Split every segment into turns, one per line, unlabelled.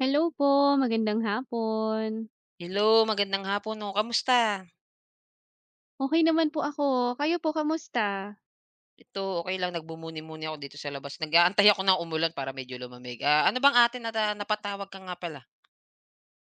Hello po, magandang hapon.
Hello, magandang hapon 'no, kamusta?
Okay naman po ako, kayo po kamusta?
Ito okey lang nagmumuni-muni ako dito sa labas, nag-aantay ako ng umulan para medyo lumamig. Ano bang atin na napatawag ka nga pala?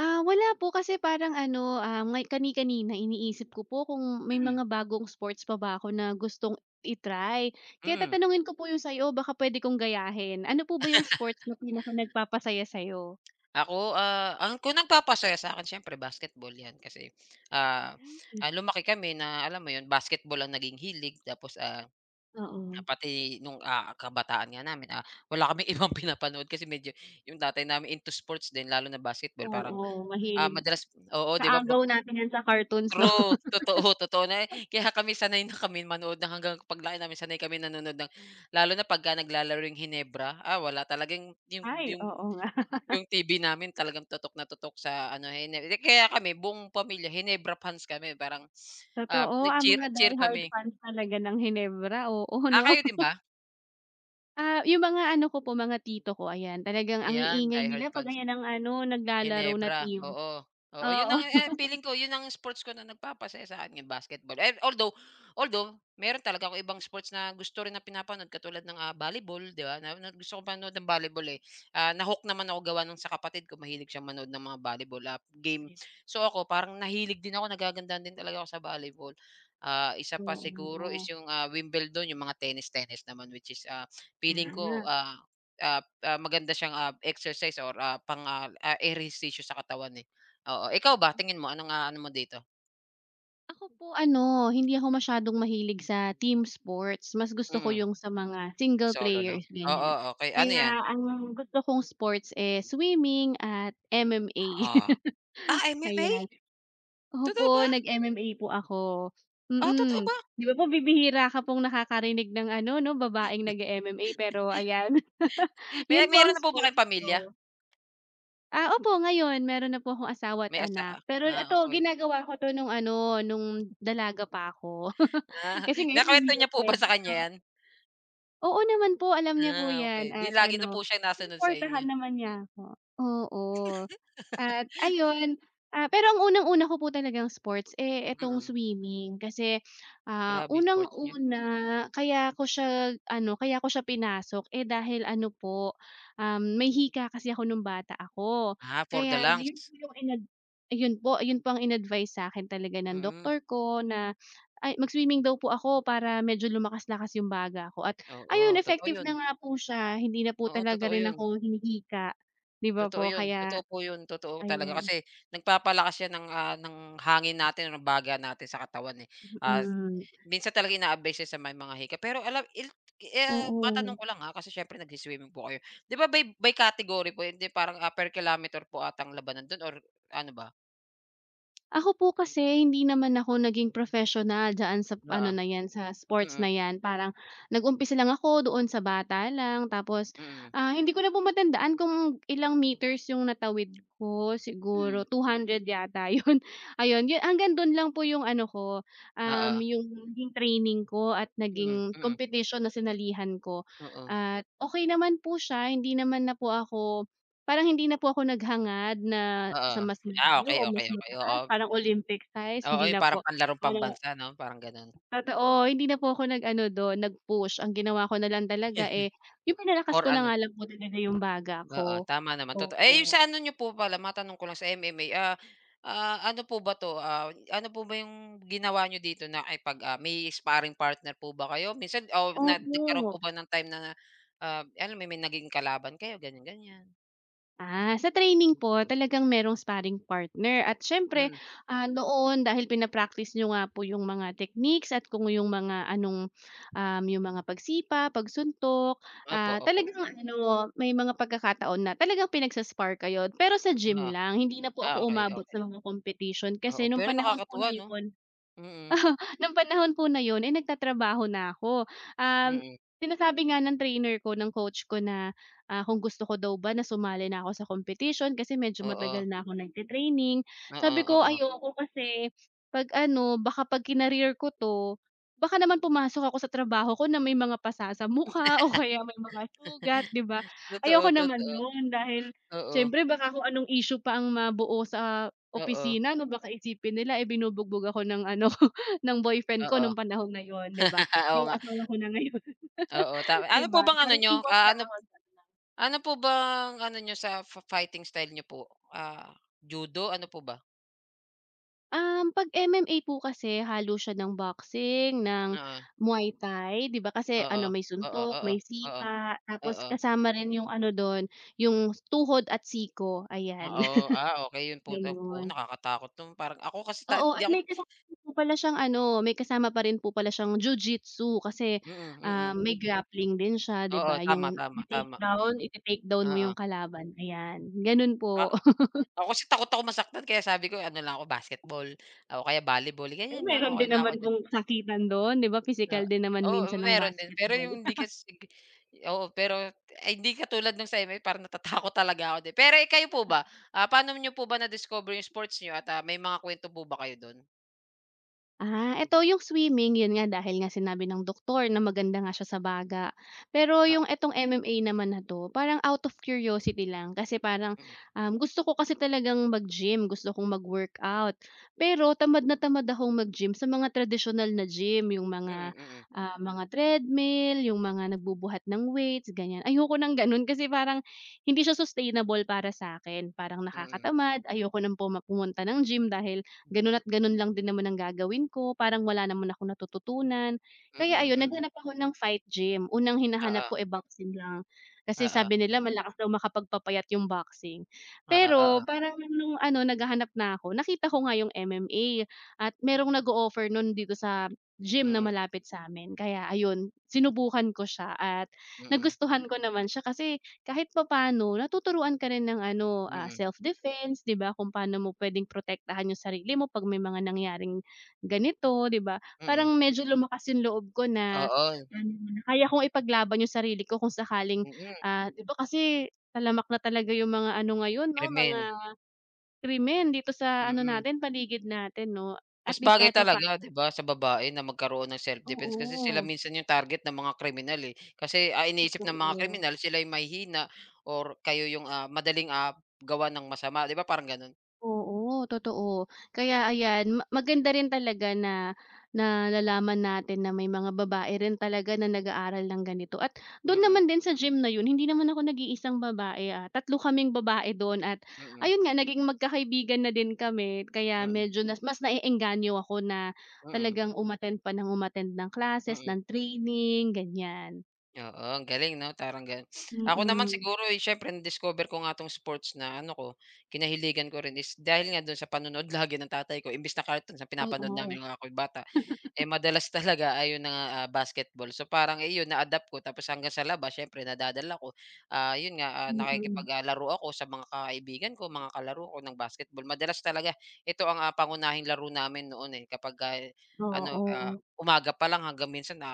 Ah, wala po kasi parang ano, ah, ngay kani-kanina iniisip ko po kung may
Mm.
mga bagong sports pa ba ako na gustong i-try. Kaya
Mm,
tatanungin ko po yung sa'yo baka puwede kong gayahin. Ano po ba yung sports na pinaka nagpapasaya sa'yo?
ako, ang kung nagpapasaya sa'kin siyempre basketball 'yan kasi, ah,
Hmm,
lumaki kami na alam mo 'yun, basketball ang naging hilig tapos,
oo.
pati nung, kabataan nga namin, wala kaming ibang pinapanood kasi medyo yung tatay namin into sports din lalo na basketball parang
Oo, mahilig
Madalas oo, 'di ba mag
kaagaw natin 'yan sa cartoons 'no?
true, totoo, totoo na eh. Kaya kami sanay na kami manood ng hanggang paglaki namin sanay kami nanonood ng lalo na pagka naglalaro yung Hinebra, wala talagang
Ay, oo nga.
yung TV namin talagang tutok na tutok sa ano, hine eh, kaya kami buong pamilya Hinebra fans kami parang,
Totoo, ang
nag-cheer
mga
cheer
diehard
kami.
fans talaga ng Hinebra, oo
Ah,
'no?
kayo din ba?
Ah, yung mga ano ko po, mga tito ko, ayan. Talagang ang
Ayan,
iingay
die-hard
nila 'pag
fans.
ayan ang ano, naglalaro na
Hinebra,
team.
oo. Oo, yun
Oo.
ang, eh, feeling ko yun ang sports ko na nagpapasaya sa akin yung basketball. Eh, although although meron talaga ako ibang sports na gusto rin na pinapanood katulad ng, volleyball, 'di ba, na na gusto ko manood ng volleyball, eh. Ah, na-hook naman ako gawa nung sa kapatid ko mahilig siyang manood ng mga volleyball, game. So ako parang nahilig din ako, nagagandahan din talaga ako sa volleyball. Ah, isa pa siguro
Oo.
is yung, Wimbledon, yung mga tennis-tennis naman which is, feeling
Ah.
ko, ah Ah, maganda siyang, exercise or, ehersisyo sa katawan, eh. Oo, ikaw ba tingin mo anong, ano mo dito?
Ako po ano, hindi ako masyadong mahilig sa team sports. Mas gusto ko
Mm,
yung sa mga single
solo lang.
players,
Oo,
ganyan.
okay. Ano 'yan?
Kaya ang gusto kong sports, eh, swimming at MMA.
Ah, ah, MMA?
Ayan.
Totoo ba?
Opo, nag-MMA po ako,
Ah, totoo
mm.
ba?
'Di ba po bibihira ka pong nakakarinig ng ano 'no, babaeng nag-e-MMA pero ayan,
May
'yun po ang
meron na po ba
sports
kayong pamilya?
ko. Ah, opo ngayon meron na po akong asawa at
May asa
anak, pero ito
okey.
ginagawa ko 'to nung ano, nung dalaga pa ako.
Ah,
Kasi ngayon hindi
nakuwento
na
niya po ba
puwede
sa kanya
'no.
'yan?
Oo naman po, alam niya po
Ah, okay.
'yan
'Di
at
lagi na po
ano,
siya nasunod sa
sinuportahan
inyo.
naman niya ako, oo. At ayun, pero ang unang-una ko po talagang sports, eh, itong
Mm,
swimming kasi,
grabe yung sports niyo.
unang-una kaya ko siya ano, kaya ko siya pinasok, eh, dahil ano po, may hika kasi ako nung bata ako.
Ah, for the
Kaya
lungs.
yun po yung ayun po, yun po ang in-advice sa'kin talaga ng
Mm,
doktor ko na ay mag-swimming daw po ako para medyo lumakas-lakas yung baga ko at ayun,
oo, totoo
effective
'yun.
na nga po siya, hindi na po
Oo,
talaga
totoo
rin
'yun.
ako hinihika, 'di ba
Totoo
po?
'yun,
Kaya
totoo po 'yun, totoo talaga
ayun,
kasi nagpapalakas 'yan ng, ng hangin natin o ng baga natin sa katawan, eh. Ah,
mm.
minsan talaga inaabay siya sa may mga hika pero alam il eh,
Oo.
matanong ko lang, ha, kasi siyempre nagsi-swimming po kayo. 'Di ba by category po hindi parang, per kilometer po ata ang labanan do'n or ano ba?
Ako po kasi hindi naman ako naging professional diyaan sa
Oo,
ano na 'yan, sa sports
mm,
na 'yan. Parang nag-umpisa lang ako doon sa bata lang tapos,
mm.
hindi ko na po matandaan kung ilang meters 'yung natawid ko, siguro
Mm.
200 yata 'yun. Ayun, 'yun hanggang do'n lang po 'yung ano ko,
Oo,
'yung naging training ko at
mm,
naging
mm,
competition na sinalihan ko.
oo,
At okey naman po siya, hindi naman na po ako Parang hindi na po ako naghangad na
oo.
sa mas
Ah,
malayo
okay
o mas
okey, okey,
mataas,
oo.
parang Olympic size,
Oo,
hindi
'yung
na
parang
po.
panlarong
Ano
pambansa 'no, parang gano'n
totoo, hindi na po ako nag-ano dun, nag-push. Ang ginawa ko na lang talaga, eh, yung pinalakas
or
ko na
ano.
nga lang po talaga yung baga
Oo,
ko.
tama naman, totoo. Eh, yung
Opo,
sa ano niyo po pala, matanong ko lang sa MMA, ano po ba 'to, ano po ba yung ginawa niyo dito na ay pag ah, may sparring partner po ba kayo? Minsan o na nagkaroon
opo.
po ba ng time na, alam mo may naging kalaban kayo, ganyan-ganyan?
Ah, sa training po talagang merong sparring partner at siyempre,
Mm,
noon dahil pina nyo niyo nga po yung mga techniques at kung yung mga anong, yung mga pagsipa, pagsuntok,
opo, opo.
talagang ano, may mga pagkakataon na talagang pinagsa kayo pero sa gym
Oo.
lang. Hindi na po ako
Ah, okay,
umabot
okay.
sa mga competition
Oo,
kasi nung
pero
panahon po na
nakakatuwa 'no?
yun.
Mm,
Nung panahon po na yun, eh, nagtatrabaho na ako. Um,
mm.
Sinasabi nga ng trainer ko, ng coach ko na, kung gusto ko daw ba na sumali na ako sa competition kasi medyo
Oo,
matagal na ako nagte-training.
oo,
Sabi ko,
oo.
"Ayoko kasi 'pag ano, baka 'pag kinareer ko 'to, baka naman pumasok ako sa trabaho ko na may mga pasa sa mukha o kaya may mga sugat," 'di ba?
Totoo,
Ayoko naman
totoo.
no'n dahil
Oo,
siyempre baka kung anong issue pa ang mabuo sa
oo,
opisina 'no, baka isipin nila, eh, binubugbog ako ng ano ng boyfriend ko
oo.
nung panahon na yun, 'di ba?
Oo
Eh,
nga,
asawa ko na ngayon,
oo. Ta
'di
ano po
ba?
bang ano
Parang
niyo,
iwas lang
ano.
ako
Ano po bang ano niyo sa fighting style niyo po? Ah, judo, ano po ba?
'pag MMA po kasi halo siya ng boxing, ng Muay Thai, 'di ba? Kasi
Oo,
ano, may
oo,
suntok,
oo,
may
oo,
sika,
oo,
tapos
oo,
kasama rin yung ano dun, yung tuhod at siko, ayan,
oo, okay yun po tap oo,
gano'n.
nakakatakot nun parang ako kasi ta
Oo
di
at
ako
may kasama pa rin po pala siyang Jiu-Jitsu kasi,
mm, mm,
may grappling din siya 'di
oo,
ba
tama,
yung
tama, tama,
ite-takedown, ite-takedown mo yung
oo.
kalaban ayan, ganon
Ah,
po.
ako kasi takot ako masaktan kaya sabi ko ano lang ako basketball o kaya volleyball,
Pero
ganyan lang,
meron
okay
din
na ako
naman
diyan.
pong sakitan don 'di ba pisikal
Oo.
din naman
Oo,
minsan ang
meron din. Pero
basketball.
yung hindi kasig oo, pero ay hindi katulad nung sa inyo parang natatakot talaga ako din. Pero eh, kayo po ba, paano niyo po ba na-discover yung sports niyo at, may mga kuwento po ba kayo dun?
Ah, eto yung swimming, yun nga dahil nga sinabi ng doktor na maganda nga siya sa baga. Pero
Ah,
yung etong MMA naman na 'to, parang out of curiosity lang kasi parang,
mm.
gusto ko kasi talagang mag-gym, gusto kong mag-workout. Pero tamad na tamad akong mag-gym sa mga traditional na gym, yung
Mm,
mga,
mm, mm.
ah, mga treadmill, yung mga nagbubuhat ng weights, ganyan. Ayoko ng gano'n kasi parang hindi siya sustainable para sa akin, parang
Hmm.
nakakatamad, ayoko ng pumunta ng gym dahil
Mm,
ganun at ganun lang din naman ang gagawin ko, parang wala naman akong natututunan.
mm.
Kaya
Mm,
ayun,
mm.
naghanap ako ng fight gym. Unang hinahanap
Oo,
ko, eh, boxing lang. Kasi
oo,
sabi nila malakas daw makapagpapayat yung boxing.
oo, oo.
Pero parang nung ano, naghahanap na ako, nakita ko nga yung MMA at merong nag-o-offer nun dito sa gym na
Mm,
malapit sa'min. Kaya ayun, sinubukan ko siya at
mm,
nagustuhan ko naman siya kasi kahit papaano natuturuan ka rin ng ano,
mm, mm.
self-defense, 'di ba, kung paano mo puwedeng protektahan yung sarili mo 'pag may mga nangyaring ganito, 'di ba?
Mm,
Parang medyo lumakas yung loob ko na
oo,
kaya kong ipaglaban yung sarili ko kung sakaling,
mm, mm.
'di ba kasi talamak na talaga yung mga ano ngayon 'no, mga
Krimen.
krimen dito sa
Mm.
ano
Mm.
natin, paligid natin 'no. At
Mas
least
bagay
kahit papaano.
talaga, 'di ba, sa babae na magkaroon ng self-defense kasi sila
Oo,
minsan yung target ng mga kriminal, eh. Kasi, iniisip ng mga
totoo.
kriminal sila yung mahihina or kayo yung, madaling, gawa ng masama, 'di ba, parang gano'n?
Oo, totoo. Kaya ayan, maganda rin talaga na nalalaman natin na may mga babae rin talaga na nag-aaral ng ganito at do'n
Mm,
naman din sa gym na 'yun, hindi naman ako nag-iisang babae, tatlo kaming babae do'n at
mm,
ayun nga, naging magkakaibigan na din kami kaya
mm,
medyo mas naeengganyo ako na
mm,
talagang umattend pa ng umattend ng classes,
mm.
ng training, ganiyan.
Oo, ang galing 'no, tarang gan. Ako naman
Mm,
siguro, eh, siyempre na-discover ko nga 'tong sports na ano ko, kinahiligan ko rin is dahil nga do'n sa panonood lagi ng tatay ko imbis na cartoons sa pinapanood
oo.
namin nung ako bata. Eh, madalas talaga ayun na nga, basketball. So, parang eh, yun na-adapt ko tapos hanggang sa labas syempre nadadala ko. Ah, yun nga,
Mm.
nakikipag, ako sa mga kaibigan ko, mga kalaro ko ng basketball. Madalas talaga ito ang, pangunahing laro namin noon, eh, kapagka ano,
Oo.
umaga pa lang hanggang minsan,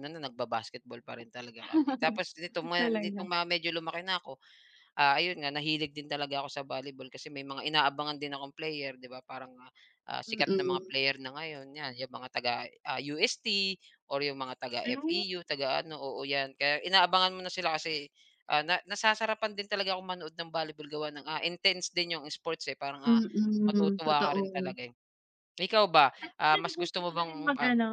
na nagba-basketball pa rin talaga kami. Tapos dito ma
Talaga.
nitong ma medyo lumaki na ako, ah, ayun nga nahilig din talaga ako sa volleyball kasi may mga inaabangan din akong player 'di ba parang, sikat na mga
Mm.
player na ngayon 'yan, yung mga taga, UST or yung mga taga
Hmm,
FEU, taga ano, oo 'yan. Kaya inaabangan mo na sila kasi, na nasasarapan din talaga ako manood ng volleyball gawa ng, intense din yung sports, eh, parang,
mm,
matutuwa ka
totoo.
rin talaga, eh. Ikaw ba,
At
mas
sinubukan
gusto mo
ko na rin
bang,
mag ano.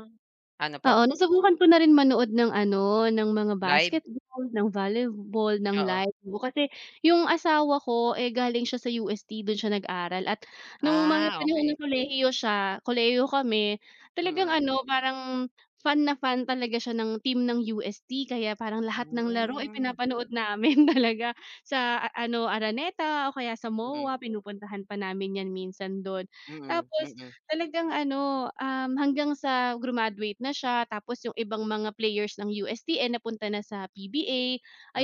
ano po,
Oo, nasubukan ko na rin manood ng ano, ng mga
live?
basketball, ng volleyball, ng
Oo.
live kasi yung asawa ko, eh, galing siya sa UST dun siya nag-aral at nung mga
Ah,
panahon ng
okay.
kolehiyo siya kolehiyo kami, talagang
Mm.
ano parang fan na fan talaga siya ng team ng UST kaya parang lahat ng laro ay
Hmm.
pinapanood namin talaga sa ano Araneta o kaya sa
Mm.
MOA pinupuntahan pa namin yan minsan dun.
Mm.
Tapos
Mm.
talagang ano, hanggang sa grumaduate na siya tapos yung ibang mga players ng USTN napunta na sa PBA,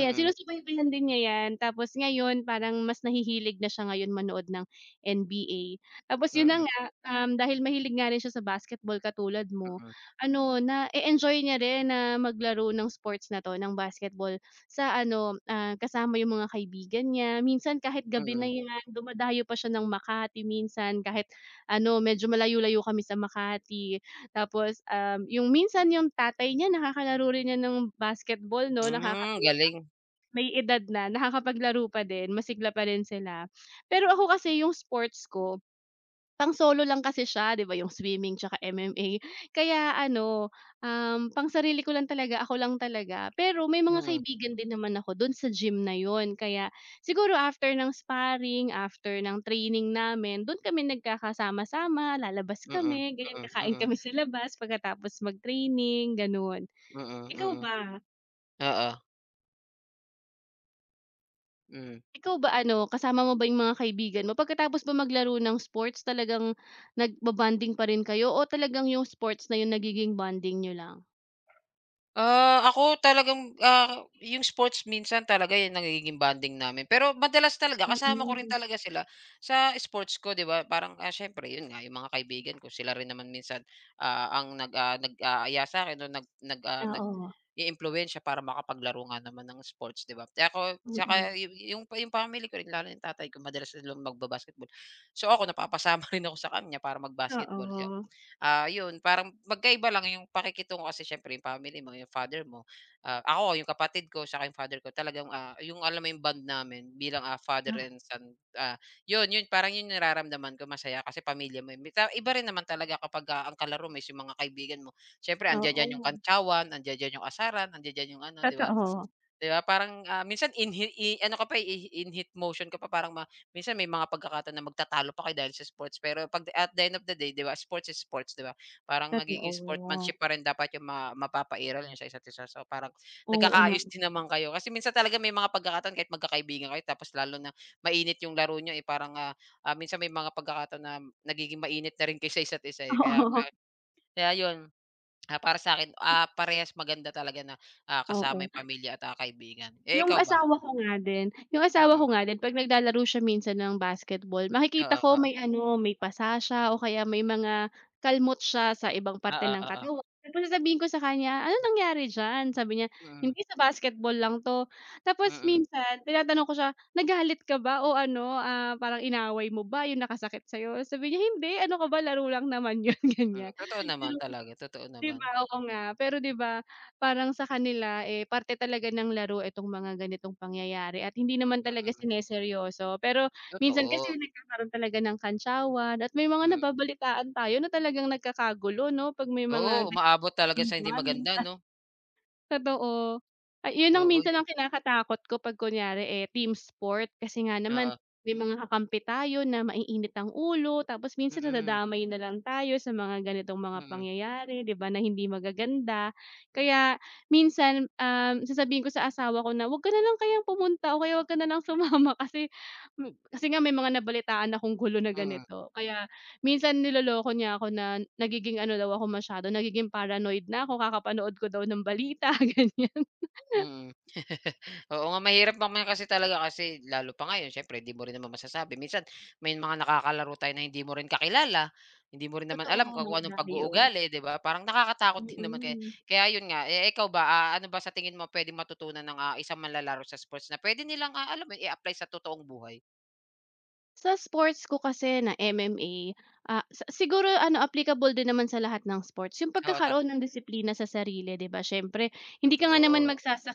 ayan sinusubaybayan din niya 'yan. Tapos ngayon parang mas nahihilig na siya ngayon manood ng NBA. Tapos yun
Mm,
na nga, dahil mahilig nga rin siya sa basketball katulad mo,
mm,
ano na-e-enjoy niya rin na maglaro ng sports na 'to, ng basketball sa ano, kasama yung mga kaibigan niya. Minsan kahit gabi na
mm.
'yan, dumadayo pa siya ng Makati minsan kahit ano, medyo malayo-layo kami sa Makati. Tapos, yung minsan yung tatay niya nakakalaro rin niya ng basketball 'no,
Hmm,
nakakatuwa.
galing.
May edad na, nakakapaglaro pa din, masigla pa rin sila. Pero ako kasi yung sports ko pang-solo lang kasi siya 'di ba yung swimming tsaka MMA. Kaya ano, pang-sarili ko lang talaga, ako lang talaga. Pero may mga
Mm,
kaibigan din naman ako dun sa gym na yon. Kaya siguro after ng sparring, after ng training namin, dun kami nagkakasama-sama, lalabas
mm, mm,
kami, ganyan,
mm,
kakain
mm,
kami sa labas pagkatapos mag-training, gano'n. Ikaw
mm. Mm.
ba?
Oo, hmm.
Ikaw ba ano, kasama mo ba yung mga kaibigan mo? Pagkatapos ba maglaro ng sports talagang bonding pa rin kayo o talagang yung sports na yung nagiging bonding niyo lang?
Ah, ako talagang, yung sports minsan talaga yung nagiging bonding namin. Pero madalas talaga kasama ko rin
Mm.
talaga sila sa sports ko, 'di ba? Parang, siyempre yun nga yung mga kaibigan ko sila rin naman minsan, ang nag-aaya sa'kin o nag nag, ah,
Oo,
nag-iimpluwensiya para makapaglaro nga naman ng sports, 'di ba? Kaya ako
mm.
tsaka yu yung family ko rin lalo na yung tatay ko madalas silang magba-basketball. So, ako napapasama rin ako sa kanya para mag-basketball.
Oo.
Ah, yun parang magkaiba lang yung pakikitungo kasi siyempre yung family mo, yung father mo, ako, yung kapatid ko, saka yung father ko talagang, yung alam mo yung bond namin bilang, father and son, ah, yun yun parang yun yung nararamdaman ko masaya kasi pamilya mo, yun. Ta iba rin naman talaga kapag, ang kalaro mo is yung mga kaibigan mo. Siyempre
Ah,
andiya diyan yung
oo.
kantsawan, andiya diyan yung asaran, andiya diyan yung ano, 'di ba?
Totoo,
'Di ba parang, minsan inhi i ano ka pa, eh, in hit motion ka pa parang ma minsan may mga pagkakataon na magtatalo pa kayo dahil sa sports pero 'pag at the end of the day 'di ba, sports is sports 'di ba? Parang magiging
totoo.
sportsmanship pa rin dapat yung ma mapapairal niyo sa isa't isa. So, parang
Oo
nagkakaayos
naman.
din naman kayo kasi minsan talaga may mga pagkakataon kahit magkakaibigan kayo tapos lalo na mainit yung laro niyo, eh, parang, minsan may mga pagkakataon na nagiging mainit na rin kayo sa isa't isa, eh, kaya kaya yun. Ah, para sa'kin, parehas maganda talaga na,
Oo,
kasama
oo.
yung pamilya at, kaibigan. Eh,
Yung
ikaw ba?
asawa ko nga din yung asawa ko
Mm,
nga din 'pag naglalaro siya minsan ng basketball makikita
oo,
ko
oo.
may ano, may pasa siya o kaya may mga kalmot siya sa ibang parte
Oo,
ng
oo.
katawan. Tapos sasabihin ko sa kanya, "Anong nangyari diyan?" Sabi niya,
Mm,
"Hindi, sa basketball lang 'to." Tapos
mm,
minsan tinatanong ko siya, "Nagalit ka ba o ano, parang inaway mo ba, yung nakasakit sa'yo?" Sabi niya, "Hindi, ano ka ba, laro lang naman yun."
mm.
Ganyan.
Totoo naman talaga, totoo
'Di
naman.
ba, oo nga. Pero 'di ba, parang sa kanila, eh, parte talaga ng laro itong mga ganitong pangyayari at hindi naman talaga
Mm,
sineseryoso. Pero minsan kasi
totoo.
nagkakaroon talaga ng kantsawan at may mga
Mm.
nababalitaan tayo na talagang nagkakagulo 'no, 'pag may
Oo,
mga ganitong
umaabot talaga sa hindi
damdamin.
maganda 'no?
Totoo. Ay, 'yun ang
Oo,
minsan
yun.
ang kinakatakot ko 'pag kunyari, eh, team sport kasi nga naman
Oo.
may mga kakampi tayo na maiinit ang ulo tapos minsan
Mm,
nadadamay na lang tayo sa mga ganitong mga
mm,
pangyayari, 'di ba, na hindi magaganda. Kaya minsan, sasabihin ko sa asawa ko na, "Huwag ka na lang kayang pumunta o kaya huwag ka na lang sumama kasi nga may mga nabalitaan akong gulo na
mm.
ganito." Kaya minsan niloloko niya ako na nagiging ano daw ako masyado, nagiging paranoid na ako kakapanood ko daw ng balita, ganyan.
Mm. Oo nga, mahirap mamaya kasi talaga kasi lalo pa ngayon siyempre hindi mo rin naman masasabi. Minsan may mga nakakalaro tayo na hindi mo rin kakilala, hindi mo rin naman
Totoo,
alam kung
mga
anong
dayo.
pag-uugali, 'di ba? Parang nakakatakot din naman kaya
Mm.
kaya 'yun nga, eh, ikaw ba, ano ba sa tingin mo puwedeng matutunan ng, isang manlalaro sa sports na pwede nilang, alam mo 'yun, i-apply sa totoong buhay?
Sa sports ko kasi na MMA, sa siguro ano applicable din naman sa lahat ng sports yung
Oo, tot
pagkakaroon ng disiplina sa sarili 'di ba siyempre hindi ka nga naman
totoo.
sa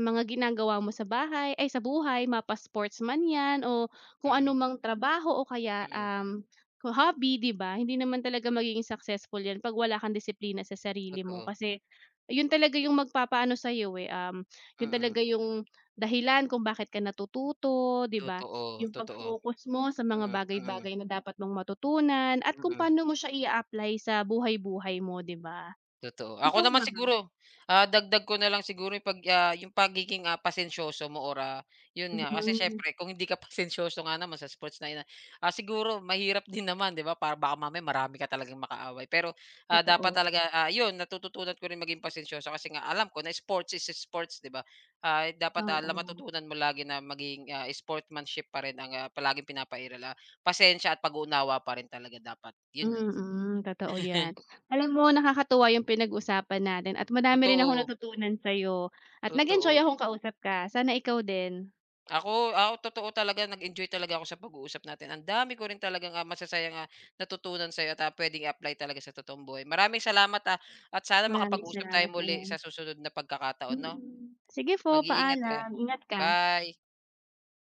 mga ginagawa mo sa bahay ay sa buhay mapa-sports man 'yan o kung ano
Mm,
mang trabaho o kaya,
mm,
um, ko hobby 'di ba? Hindi naman talaga magiging successful 'yan 'pag wala kang disiplina sa sarili mo
totoo.
kasi yun talaga yung magpapaano sa eh, um, yun
Mm,
talaga yung dahilan kung bakit ka natututo 'di ba
totoo,
yung
totoo.
pag-focus mo sa mga
Mm, mm,
bagay-bagay na dapat mong matutunan at kung
mm.
paano mo siya i apply sa buhay-buhay mo, 'di ba?
Totoo. Ako
Ikaw
naman
ba?
siguro, dagdag ko na lang siguro yung, 'pag, yung pagiging, pasensyoso mo or, yun nga kasi
Mm,
siyempre kung hindi ka pasensyoso nga naman sa sports na yun, siguro mahirap din naman 'di ba para baka mamaya marami ka talagang makaaway. Pero, dapat
totoo.
talaga, yun natututunan ko rin maging pasensyoso kasi nga alam ko na sports is sports 'di ba? Ah, dapat, la
Oo,
matutunan mo lagi na maging, sportsmanship pa rin ang, palaging pinapairal, pasensya at pag-uunawa pa rin talaga dapat. Yun lang.
mm, totoo 'yan. Alam mo nakakatuwa yung pinag-usapan natin at madami rin akong
Totoo,
natutunan sa'yo at nag-enjoy
totoo.
akong kausap ka. Sana ikaw din.
Ako ako totoo talaga nag-enjoy talaga ako sa pag-uusap natin. Ang dami ko rin talaga ah, masasayang, natutunan sa'yo at, puwedeng apply talaga sa totoong buhay. Maraming salamat, ah, at sana
Maraming
makapag-usap tayo
salamat
muli sa
din.
susunod na pagkakataon 'no.
Mm. Sige po,
Mag-iingat ka.
paalam. Ingat ka.
Bye.